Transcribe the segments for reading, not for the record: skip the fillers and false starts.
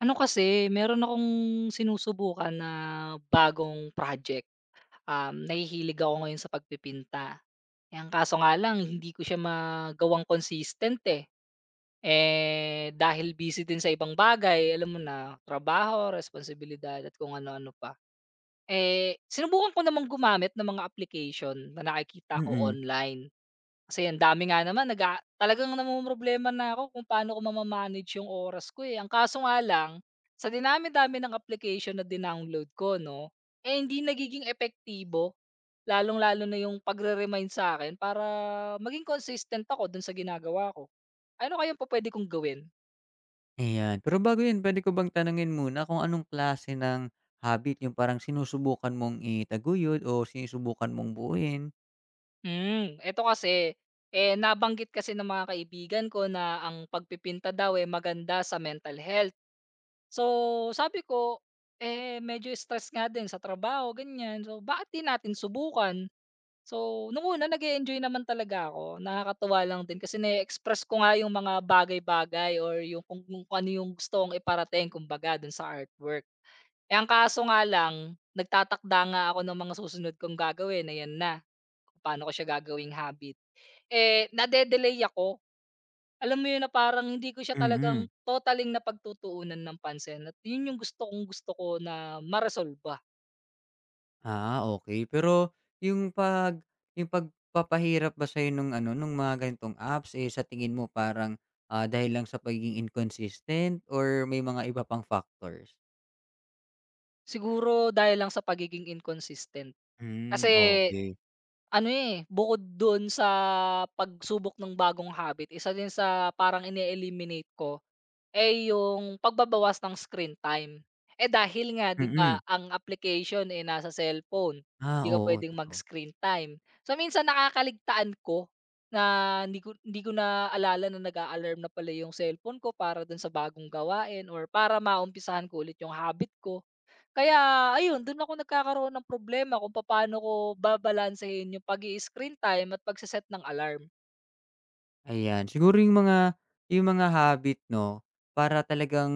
Ano kasi, meron akong sinusubukan na bagong project. Nahihilig ako ngayon sa pagpipinta. Eh, ang kaso nga lang hindi ko siya magawang consistent, eh. Eh, dahil busy din sa ibang bagay, alam mo na, trabaho, responsibilidad at kung ano-ano pa. Eh, sinubukan ko namang gumamit ng mga application na nakikita ko Mm, online. Kasi ang dami nga naman naga talagang namomroblema na ako kung paano ko mama-manage yung oras ko, eh. Ang kaso nga lang, sa dinami-dami ng application na dinownload ko 'no, eh, hindi nagiging epektibo, lalong-lalo na yung pagre-remind sa akin para maging consistent ako dun sa ginagawa ko. Ano kayang pupuwede kong gawin? ayan. Pero bago 'yun pwede ko bang tanungin muna kung anong klase ng habit 'yung parang sinusubukan mong itaguyod o sinusubukan mong buuin? Hmm, eto kasi, eh, nabanggit kasi ng mga kaibigan ko na ang pagpipinta daw, eh, maganda sa mental health. So, sabi ko, eh, medyo stress nga din sa trabaho, ganyan. So, bakit di natin subukan? So, nung una nag enjoy naman talaga ako. Nakakatuwa lang din kasi na-express ko nga yung mga bagay-bagay or yung kung ano yung gusto kong iparating kumbaga dun sa artwork. Eh, ang kaso nga lang, nagtatakda nga ako ng mga susunod kong gagawin. Ayan na, kung paano ko siya gagawing habit. Eh, nade-delay ako. Alam mo yun na parang hindi ko siya talagang Mm. totaling napagtutuunan ng pansin at yun yung gusto kong-gusto ko na maresolba. Ah, okey. Pero 'yung 'pag 'yung pagpapahirap ba sa'yo nung ano, nung mga ganitong apps, eh, sa tingin mo parang, dahil lang sa pagiging inconsistent or may mga iba pang factors? Siguro dahil lang sa pagiging inconsistent. Hmm, Kasi okey. ano, eh, bukod dun sa pagsubok ng bagong habit, isa din sa parang ine-eliminate ko. Eh, yung pagbabawas ng screen time. Eh, dahil nga 'di Mm. ba ang application, eh, nasa cellphone, Ah, hindi ka oo, puwedeng totoo. mag-screen time. So, minsan nakakaligtaan ko na hindi ko naalala na nag-a-alarm na pala yung cellphone ko para do'n sa bagong gawain or para maumpisahan ko ulit yung habit ko. Kaya ayun, dun ako nagkakaroon ng problema kung papaano ko babalansehin yung pag-i-screen time at pagse-set ng alarm. Ayan, siguro yung mga habit 'no, para talagang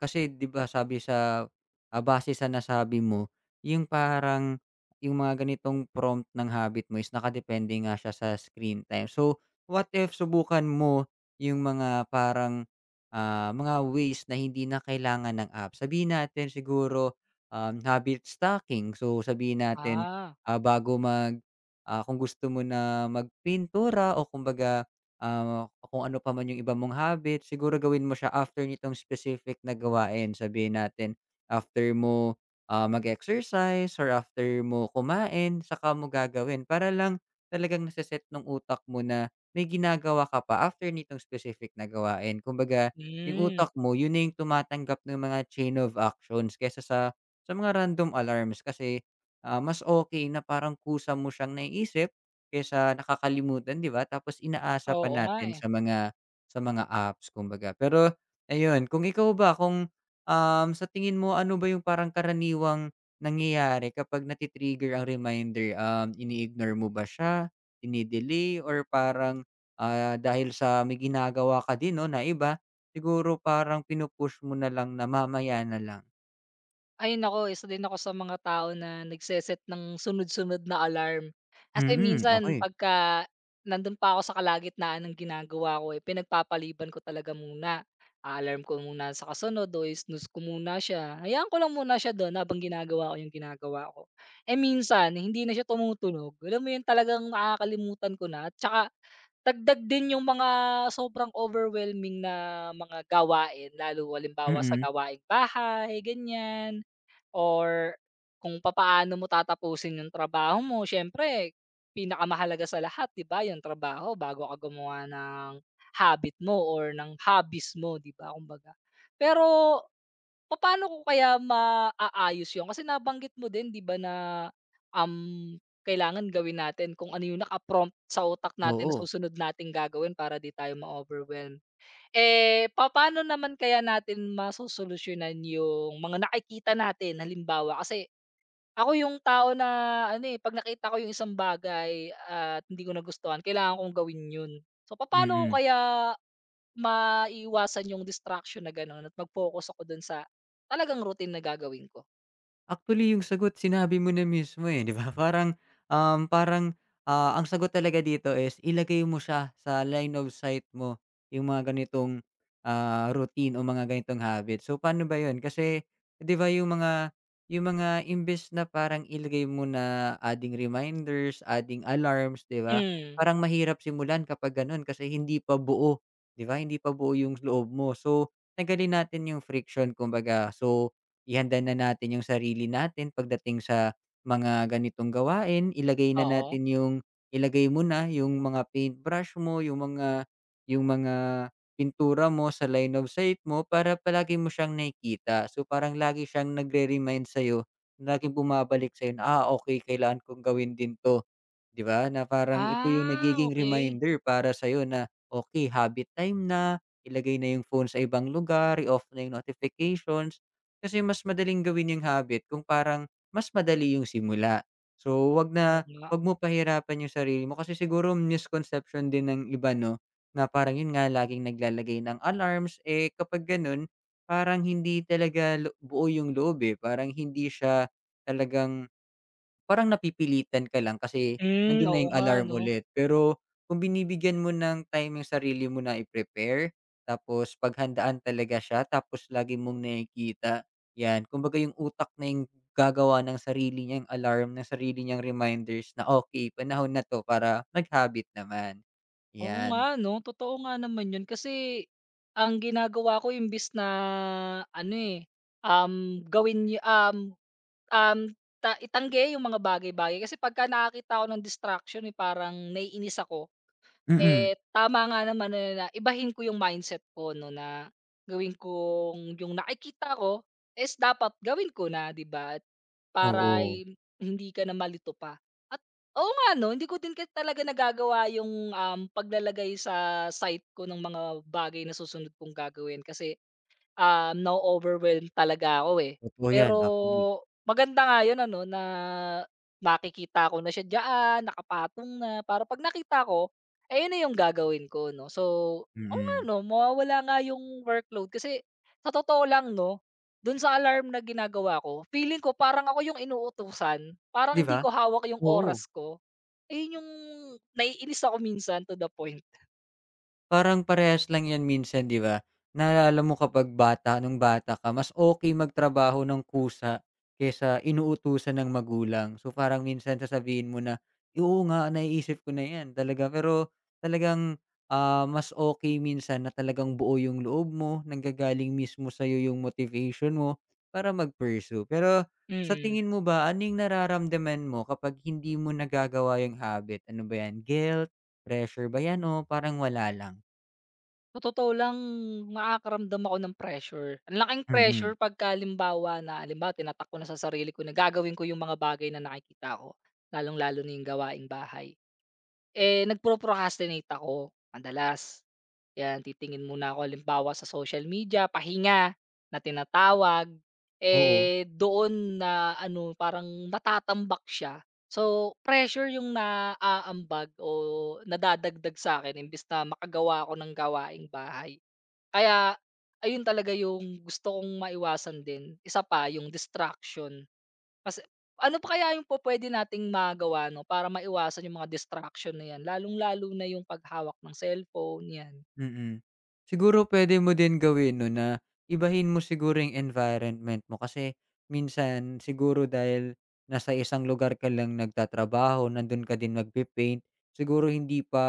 kasi 'di ba sabi sa, base sa nasabi mo, yung parang yung mga ganitong prompt ng habit mo is nakadepende nga siya sa screen time. So, what if subukan mo yung mga parang, mga ways na hindi na kailangan ng app. Sabihin natin siguro, habit stacking. So, sabihin natin, Ah, ah, bago mag, kung gusto mo na magpintura o kumbaga kung ano pa man yung iba mong habit, siguro gawin mo siya after nitong specific na gawain. Sabihin natin, after mo mag-exercise or after mo kumain, saka mo gagawin. Para lang talagang nasa ng utak mo na may ginagawa ka pa after nitong specific na gawain. Kumbaga, yung hmm, utak mo, yun na yung tumatanggap ng mga chain of actions kesa sa, sa random alarms. Kasi mas okay na parang kusa mo siyang naiisip kaysa nakakalimutan, 'di ba? Tapos inaasa pa oo nga, natin eh. sa mga apps kumbaga. Pero ayun, kung ikaw ba, sa tingin mo ano ba yung parang karaniwang nangyayari kapag ang reminder? Ini-ignore mo ba siya, dine-delay or parang, dahil sa may ginagawa ka din 'no na iba, siguro parang pinu-push mo na lang na mamaya na lang? Ay naku, isa din ako sa mga tao na nagse-set ng sunod-sunod na alarm. Kasi Mm, minsan okay. pagka nandun pa ako sa kalagitnaan ng ginagawa ko, eh, pinagpapaliban ko talaga muna. Alarm ko muna sa kasunod o snooze ko muna siya. Hayaan ko lang muna siya dun habang ginagawa ko yung ginagawa ko. Eh, minsan eh, hindi na siya tumutunog. Alam mo yun talagang nakakalimutan ko na at saka dagdag din yung mga sobrang overwhelming na mga gawain lalo halimbawa sa Mm, gawaing bahay, ganyan. Or kung papaano mo tatapusin yung trabaho mo, siyempre pinakamahalaga sa lahat 'di ba yung trabaho bago ka gumawa ng habit mo or ng hobbies mo 'di ba kumbaga. Pero papaano ko kaya maaayos yun kasi nabanggit mo din 'di ba na, um, kailangan gawin natin kung ano yung naka-prompt sa utak natin na oo. susunod nating gagawin para 'di tayo ma-overwhelm. Eh, paano naman kaya natin masosolusyunan yung mga nakikita natin? Halimbawa, kasi ako yung tao na ano, eh, 'pag nakita ko yung isang bagay at hindi ko nagustuhan kailangan kong gawin yun. So, paano ko Mm. kaya maiwasan yung distraction na gano'n at mag-focus ako dun sa talagang routine na gagawin ko? Actually, yung sagot sinabi mo na mismo, eh, 'di ba? Parang, ang sagot talaga dito is ilagay mo siya sa line of sight mo, yung mga ganitong, routine o mga ganitong habit. So, paano ba yun? Kasi, 'di ba yung mga imbes na parang ilagay mo na adding reminders, adding alarms, 'di ba? Hmm, Parang mahirap simulan kapag ganun kasi hindi pa buo, 'di ba? Hindi pa buo yung loob mo. So, tanggalin natin yung friction kumbaga. So ihanda na natin yung sarili natin pagdating sa mga ganitong gawain. Ilagay na oo. natin yung ilagay mo na yung mga paintbrush mo, yung mga pintura mo sa line of sight mo para palagi mo siyang nakikita. So, parang lagi siyang nagre-remind sa'yo, laging bumabalik sa'yo na, ah, okey, kailangan kong gawin din 'to. 'Di ba, na parang ito yung Ah, nagiging okay. reminder para sa'yo na, okay, habit time na, ilagay na yung phone sa ibang lugar, i-off na yung notifications. Kasi mas madaling gawin yung habit kung parang mas madali yung simula. So, wag Oo na nga. wag mo pahirapan yung sarili mo kasi siguro misconception din ng iba 'no, na parang yun nga laging naglalagay ng alarms, eh, kapag ganun parang hindi talaga buo yung loob, eh, parang hindi siya talagang parang napipilitan ka lang kasi Hmm, nandun na oo yung nga alarm 'no? ulit. Pero kung binibigyan mo ng time yung sarili mo na i-prepare, tapos paghandaan talaga siya, tapos lagi mong nakikita, 'yan. Kumbaga yung utak na yung gagawa ng sarili niyang alarm, ng sarili niyang reminders na, okay, panahon na 'to para mag-habit naman." Oo 'Yan. nga 'no, totoo nga naman 'yun kasi ang ginagawa ko imbis na ano, eh, gawin um, ta itanggi yung mga bagay-bagay kasi pagka nakakita ako ng distraction, eh, parang naiinis ako. Mm, Eh, tama nga naman na na ibahin ko yung mindset ko 'no, na gawin kong yung nakikita ko is dapat gawin ko na, 'di ba? At para oo. Hindi ka na malito pa. At oo nga 'no, hindi ko din kasi talaga nagagawa yung, paglalagay sa site ko ng mga bagay na susunod kong gagawin kasi ah, na-o-overwhelm talaga ako, eh. Totoo 'yan, Pero actually, maganda nga 'yun ano na nakikita ko na siya diyaan, nakapatong na, para 'pag nakita ko, eh, 'yun na 'yung gagawin ko 'no. So, oo nga mm. 'no, mawawala nga 'yung workload kasi sa totoo lang 'no, do'n sa alarm na ginagawa ko, feeling ko parang ako 'yung inuutusan, parang 'Di hindi ba? ko hawak 'yung Oo. oras ko. Ayun 'yung naiinis ako minsan to the point. Parang parehas lang 'yan minsan, 'di ba? Naalala mo kapag bata nung bata ka, mas okay magtrabaho ng kusa kesa inuutusan ng magulang. So, parang minsan sasabihin mo na, "Oo nga, naiisip ko na 'yan talaga." Pero talagang, ah, mas okay minsan na talagang buo yung loob mo, nanggagaling mismo sa'yo yung motivation mo para mag-pursue. Pero sa Mm. tingin mo ba, anong nararamdaman mo kapag hindi mo nagagawa yung habit? Ano ba 'yan, guilt, pressure ba 'yan o parang wala lang? Sa totoo lang, nakakaramdam ako ng pressure. Ang laking Mm, pressure pagka halimbawa na halimbawa tinatak ko na sa sarili ko na gagawin ko yung mga bagay na nakikita ko, lalong-lalo na yung gawaing bahay. Eh, nagpro-procrastinate ako madalas. 'Yan, titingin muna ako halimbawa sa social media, pahinga na tinatawag, oo. eh, doon na ano, parang natatambak siya. So, pressure yung naaambag o nadadagdag sa'kin imbes na makagawa ako ng gawaing bahay. Kaya ayun talaga yung gusto kong maiwasan din. Isa pa yung distraction. Kasi ano pa kaya yung po pwede nating magawa 'no, para maiwasan yung mga distraction na 'yan, lalong-lalo na yung paghawak ng cellphone, 'yan. Mm. Siguro pwede mo din gawin 'no na ibahin mo siguro yung environment mo kasi minsan siguro dahil nasa isang lugar ka lang nagtatrabaho, nandun ka din magpe-paint, siguro hindi pa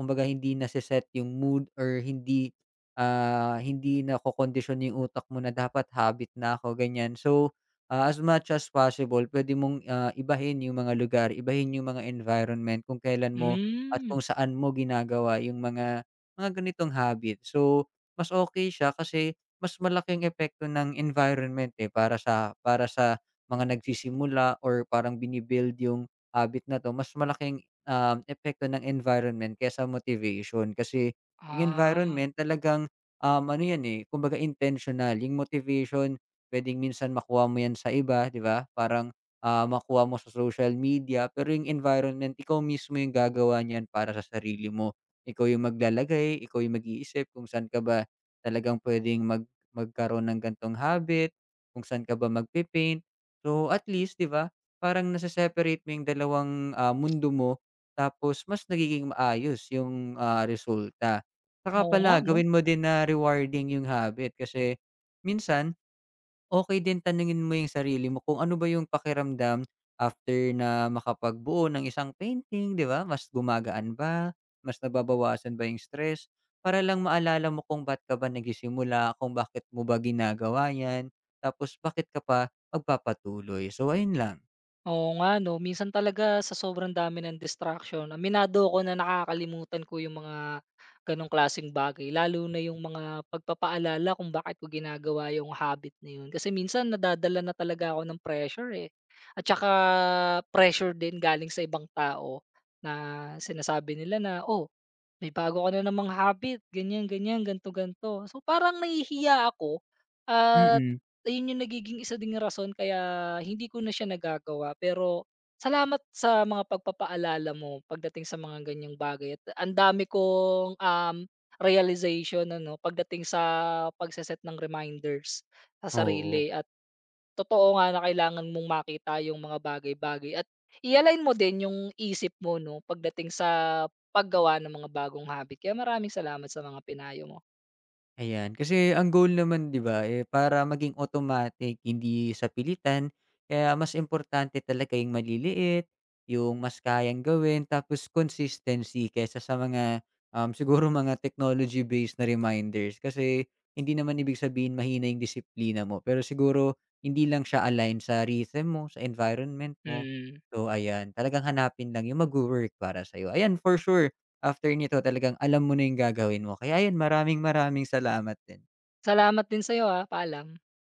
kumbaga hindi nase-set yung mood or hindi na nakokondisyon yung utak mo na dapat habit na ako, ganyan. So, as much as possible pwede mong, ibahin yung mga lugar, ibahin yung mga environment kung kailan mo at Hmm, kung saan mo ginagawa yung mga ganitong habit. So, mas okay siya kasi mas malaking epekto ng environment, eh, para sa mga nagsisimula or parang yung habit na 'to, mas malaking, epekto ng environment kaysa motivation. Kasi yung ah, environment talagang, ano 'yan, eh, kumbaga intentional. Yung motivation puwedeng minsan makuha mo 'yan sa iba, 'di ba? Parang, makuha mo sa social media, pero yung environment ikaw mismo yung gagawa niyan para sa sarili mo. Ikaw yung maglalagay, ikaw yung mag-iisip kung saan ka ba talagang puwedeng magkaroon ng gantong habit, kung saan ka ba so, at least 'di ba, parang nasa separate mo yung dalawang, mundo mo tapos mas nagiging maayos yung, resulta. Saka oo nga pala 'no. gawin mo din na rewarding yung habit kasi minsan okay din tanungin mo yung sarili mo kung ano ba yung pakiramdam after na makapagbuo ng isang painting, 'di ba? Mas gumagaan ba? Mas nababawasan ba yung stress? Para lang maalala mo kung ba't ka ba nagisimula kung bakit mo ba ginagawa 'yan, tapos bakit ka pa magpapatuloy. So ayun lang. Oo nga 'no, minsan talaga sa sobrang dami ng distraction, aminado ako na nakakalimutan ko yung mga gano'ng klaseng bagay, lalo na yung mga pagpapaalala kung bakit ko ginagawa yung habit na yun. Kasi minsan nadadala na talaga ako ng pressure, eh, at saka pressure din galing sa ibang tao na sinasabi nila na, "Oh, may bago ka na namang habit, ganyan, ganyan, ganto ganto." So, parang nahihiya ako at Mm, ayun yung nagiging isa ding rason kaya hindi ko na siya nagagawa. Pero salamat sa mga pagpapaalala mo pagdating sa mga ganyang bagay. At ang dami kong realization ano, pagdating sa pagsaset ng reminders sa oo. sarili at totoo nga na kailangan mong makita yung mga bagay-bagay at i-align mo din yung isip mo 'no, pagdating sa paggawa ng mga bagong habit. Kaya maraming salamat sa mga pinayo mo. Ayan, kasi ang goal naman 'di ba, eh, para maging automatic hindi sa pilitan. Kaya mas importante talaga yung maliliit, yung mas kayang gawin tapos consistency kaysa sa mga, siguro mga technology based na reminders. Kasi hindi naman ibig sabihin mahina yung disiplina mo, pero siguro hindi lang siya align sa rhythm mo, sa environment mo. Mm. So ayan, talagang hanapin lang yung magwo-work para sa'yo. Ayan, for sure. After nito talagang alam mo na yung gagawin mo. Kaya ayun, maraming maraming salamat din. Salamat din sa'yo, ah, paalam.